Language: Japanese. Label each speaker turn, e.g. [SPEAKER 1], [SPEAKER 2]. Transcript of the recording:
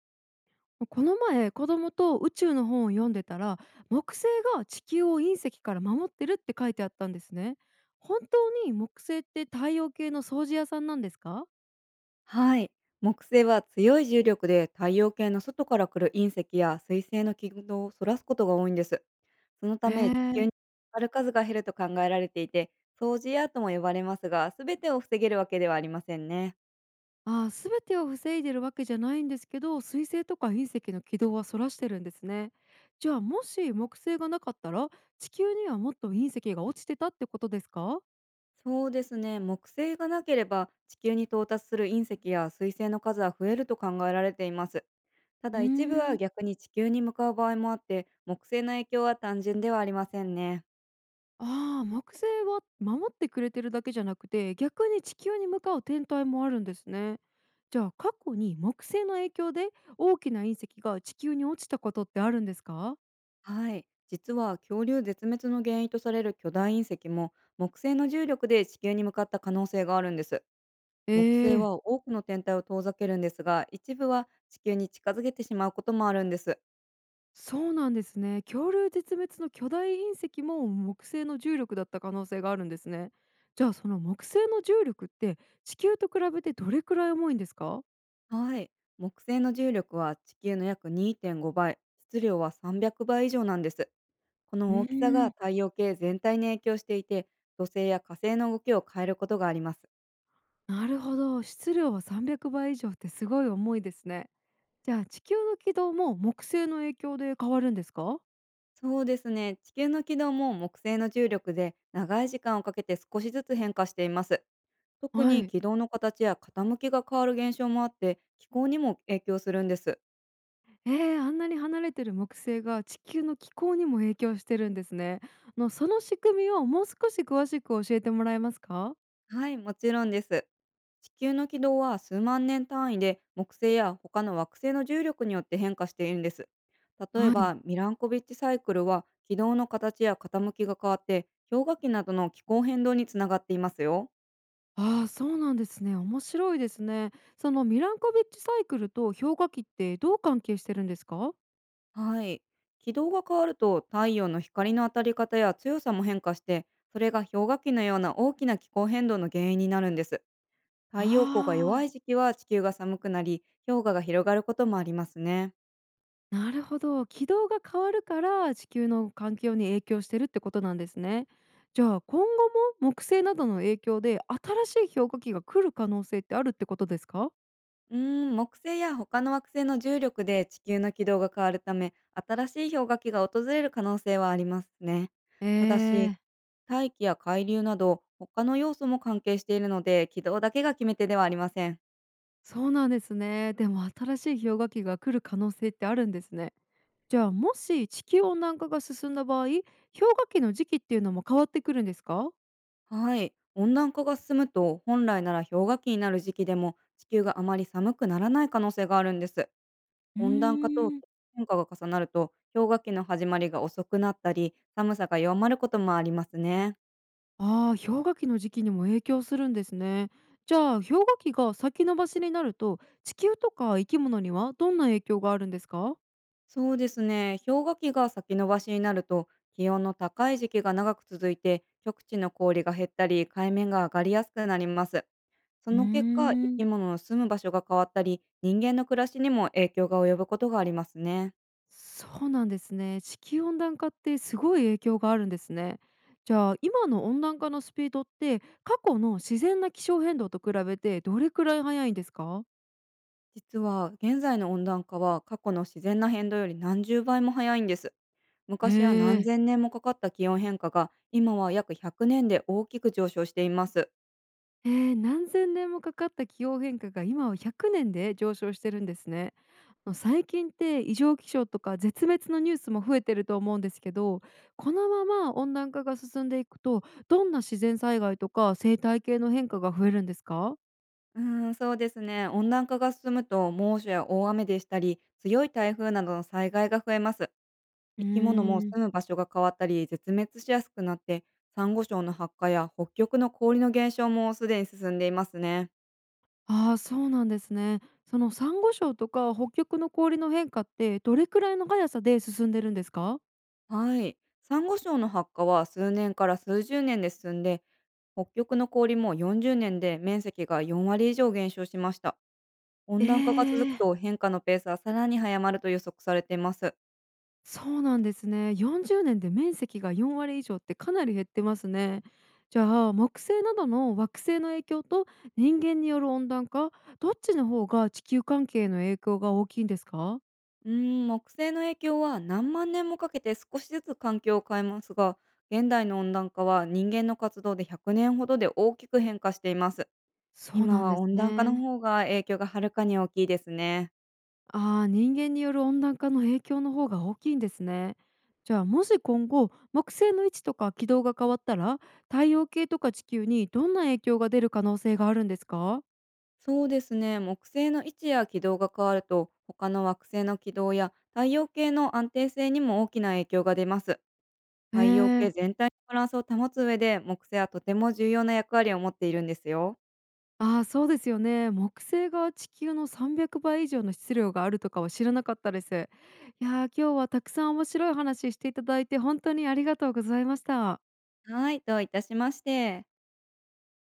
[SPEAKER 1] この前子供と宇宙の本を読んでたら、木星が地球を隕石から守ってるって書いてあったんですね。本当に木星って太陽系の掃除屋さんなんですか？
[SPEAKER 2] はい。木星は強い重力で太陽系の外から来る隕石や彗星の軌道をそらすことが多いんです。そのた
[SPEAKER 1] え
[SPEAKER 2] め地球に
[SPEAKER 1] ー、
[SPEAKER 2] ある数が減ると考えられていて、掃除アートも呼ばれますが、全てを防げるわけではありませんね。
[SPEAKER 1] ああー、全てを防いでるわけじゃないんですけど、水星とか隕石の軌道はそらしてるんですね。じゃあもし木星がなかったら、地球にはもっと隕石が落ちてたってことですか？
[SPEAKER 2] そうですね。木星がなければ地球に到達する隕石や彗星の数は増えると考えられています。た
[SPEAKER 1] うー
[SPEAKER 2] だ、一部は
[SPEAKER 1] ん。
[SPEAKER 2] 逆に地球に向かう場合もあって、木星の影響は単純ではありませんね。
[SPEAKER 1] ああ、木星は守ってくれてるだけじゃなくて、逆に地球に向かう天体もあるんですね。じゃあ過去に木星の影響で大きな隕石が地球に落ちたことってあるんですか？
[SPEAKER 2] はい。実は、恐竜絶滅の原因とされる巨大隕石も木星の重力で地球に向かった可能性があるんです。木星
[SPEAKER 1] ええ。
[SPEAKER 2] は多くの天体を遠ざけるんですが、一部は地球に近づけてしまうこともあるんです。
[SPEAKER 1] そうなんですね。恐竜絶滅の巨大隕石も木星の重力だった可能性があるんですね。じゃあその木星の重力って地球と比べてどれくらい重いんですか？
[SPEAKER 2] はい。木星の重力は地球の約2.5倍、質量は300倍以上なんです。こ
[SPEAKER 1] う
[SPEAKER 2] の大きさ
[SPEAKER 1] ー
[SPEAKER 2] が
[SPEAKER 1] ん。
[SPEAKER 2] 太陽系全体に影響していて、土星や火星の動きを変えることがあります。
[SPEAKER 1] なるほど。質量は300倍以上ってすごい重いですね。じゃあ地球の軌道も木星の影響で変わるんですか？
[SPEAKER 2] そうですね。地球の軌道も木星の重力で長い時間をかけて少しずつ変化しています。特
[SPEAKER 1] は
[SPEAKER 2] に、
[SPEAKER 1] い。
[SPEAKER 2] 軌道の形や傾きが変わる現象もあって、気候にも影響するんです。
[SPEAKER 1] えあんなに離れてる木星が地球の気候にも影響してるんですね。その仕組みをもう少し詳しく教えてもらえますか？
[SPEAKER 2] はい、もちろんです。地球の軌道は数万年単位で木星や他の惑星の重力によって変化しているんです。例え
[SPEAKER 1] はい。
[SPEAKER 2] ば、ミランコビッチサイクルは軌道の形や傾きが変わって、氷河期などの気候変動につながっていますよ。
[SPEAKER 1] ああー、そうなんですね。面白いですね。そのミランコビッチサイクルと氷河期ってどう関係してるんですか？
[SPEAKER 2] はい。軌道が変わると太陽の光の当たり方や強さも変化して、それが氷河期のような大きな気候変動の原因になるんです。太陽光が
[SPEAKER 1] ああ
[SPEAKER 2] 弱い
[SPEAKER 1] ー。
[SPEAKER 2] 時期は地球が寒くなり、氷河が広がることもありますね。
[SPEAKER 1] なるほど。軌道が変わるから地球の環境に影響してるってことなんですね。じゃあ今後も木星などの影響で新しい氷河期が来る可能性ってあるってことですか？
[SPEAKER 2] うー木星や他の惑星の重力で地球の軌道が変わるため、新しい氷河期が訪れる可能性はありますね。
[SPEAKER 1] え
[SPEAKER 2] ただし、
[SPEAKER 1] ー、
[SPEAKER 2] 大気や海流など他の要素も関係しているので、軌道だけが決め手ではありません。
[SPEAKER 1] そうなんですね。でも新しい氷河期が来る可能性ってあるんですね。じゃあもし地球温暖化が進んだ場合、氷河期の時期っていうのも変わってくるんですか？
[SPEAKER 2] はい。温暖化が進むと、本来なら氷河期になる時期でも、地球があまり寒くならない可能性があるんです。
[SPEAKER 1] うー
[SPEAKER 2] 温暖化と
[SPEAKER 1] ん。
[SPEAKER 2] 変化が重なると、氷河期の始まりが遅くなったり、寒さが弱まることもありますね。
[SPEAKER 1] ああ、氷河期の時期にも影響するんですね。じゃあ氷河期が先延ばしになると地球とか生き物にはどんな影響があるんですか？
[SPEAKER 2] そうですね。氷河期が先延ばしになると、気温の高い時期が長く続いて、極地の氷が減ったり、海面が上がりやすくなります。そ
[SPEAKER 1] うー
[SPEAKER 2] の結果、生
[SPEAKER 1] ん。
[SPEAKER 2] き物の住む場所が変わったり、人間の暮らしにも影響が及ぶことがありますね。
[SPEAKER 1] そうなんですね。地球温暖化ってすごい影響があるんですね。じゃあ今の温暖化のスピードって過去の自然な気象変動と比べてどれくらい速いんですか？
[SPEAKER 2] 実は、現在の温暖化は過去の自然な変動より何十倍も早いんです。
[SPEAKER 1] へ
[SPEAKER 2] 昔は何
[SPEAKER 1] え。
[SPEAKER 2] 千年もかかった気温変化が、今は約100年で大きく上昇しています。
[SPEAKER 1] 何千年もかかった気候変化が今は100年で上昇してるんですね。最近って異常気象とか絶滅のニュースも増えてると思うんですけど、このまま温暖化が進んでいくとどんな自然災害とか生態系の変化が増えるんですか？
[SPEAKER 2] うーそうですね。温暖化が進むと、猛暑や大雨でしたり、強い台風などの災害が増えます。
[SPEAKER 1] う
[SPEAKER 2] 生き物も
[SPEAKER 1] ーん。
[SPEAKER 2] 住む場所が変わったり、絶滅しやすくなって、サンゴ礁の発火や北極の氷の減少もすでに進んでいますね。
[SPEAKER 1] ああー、そうなんですね。そのサンゴ礁とか北極の氷の変化ってどれくらいの速さで進んでるんですか？
[SPEAKER 2] はい。サンゴ礁の発火は数年から数十年で進んで、北極の氷も40年で面積が4割以上減少しました。
[SPEAKER 1] え
[SPEAKER 2] 温暖化が続く
[SPEAKER 1] ー、
[SPEAKER 2] と、変化のペースはさらに早まると予測されています。
[SPEAKER 1] そうなんですね。40年で面積が4割以上ってかなり減ってますね。じゃあ木星などの惑星の影響と人間による温暖化、どっちの方が地球関係の影響が大きいんですか？
[SPEAKER 2] うー木星の影響は何万年もかけて少しずつ環境を変えますが、現代の温暖化は人間の活動で100年ほどで大きく変化しています。
[SPEAKER 1] そう
[SPEAKER 2] 今
[SPEAKER 1] なん
[SPEAKER 2] は
[SPEAKER 1] です
[SPEAKER 2] 温暖化の
[SPEAKER 1] ね。
[SPEAKER 2] 方が影響がはるかに大きいですね。
[SPEAKER 1] ああ、人間による温暖化の影響の方が大きいんですね。じゃあもし今後木星の位置とか軌道が変わったら、太陽系とか地球にどんな影響が出る可能性があるんですか？
[SPEAKER 2] そうですね。木星の位置や軌道が変わると、他の惑星の軌道や太陽系の安定性にも大きな影響が出ます。
[SPEAKER 1] へ
[SPEAKER 2] 太陽系
[SPEAKER 1] え。
[SPEAKER 2] 全体のバランスを保つ上で、木星はとても重要な役割を持っているんですよ。
[SPEAKER 1] ああ、そうですよね。木星が地球の300倍以上の質量があるとかは知らなかったです。いやー、今日はたくさん面白い話していただいて本当にありがとうございました。
[SPEAKER 2] はい、どういたしまして。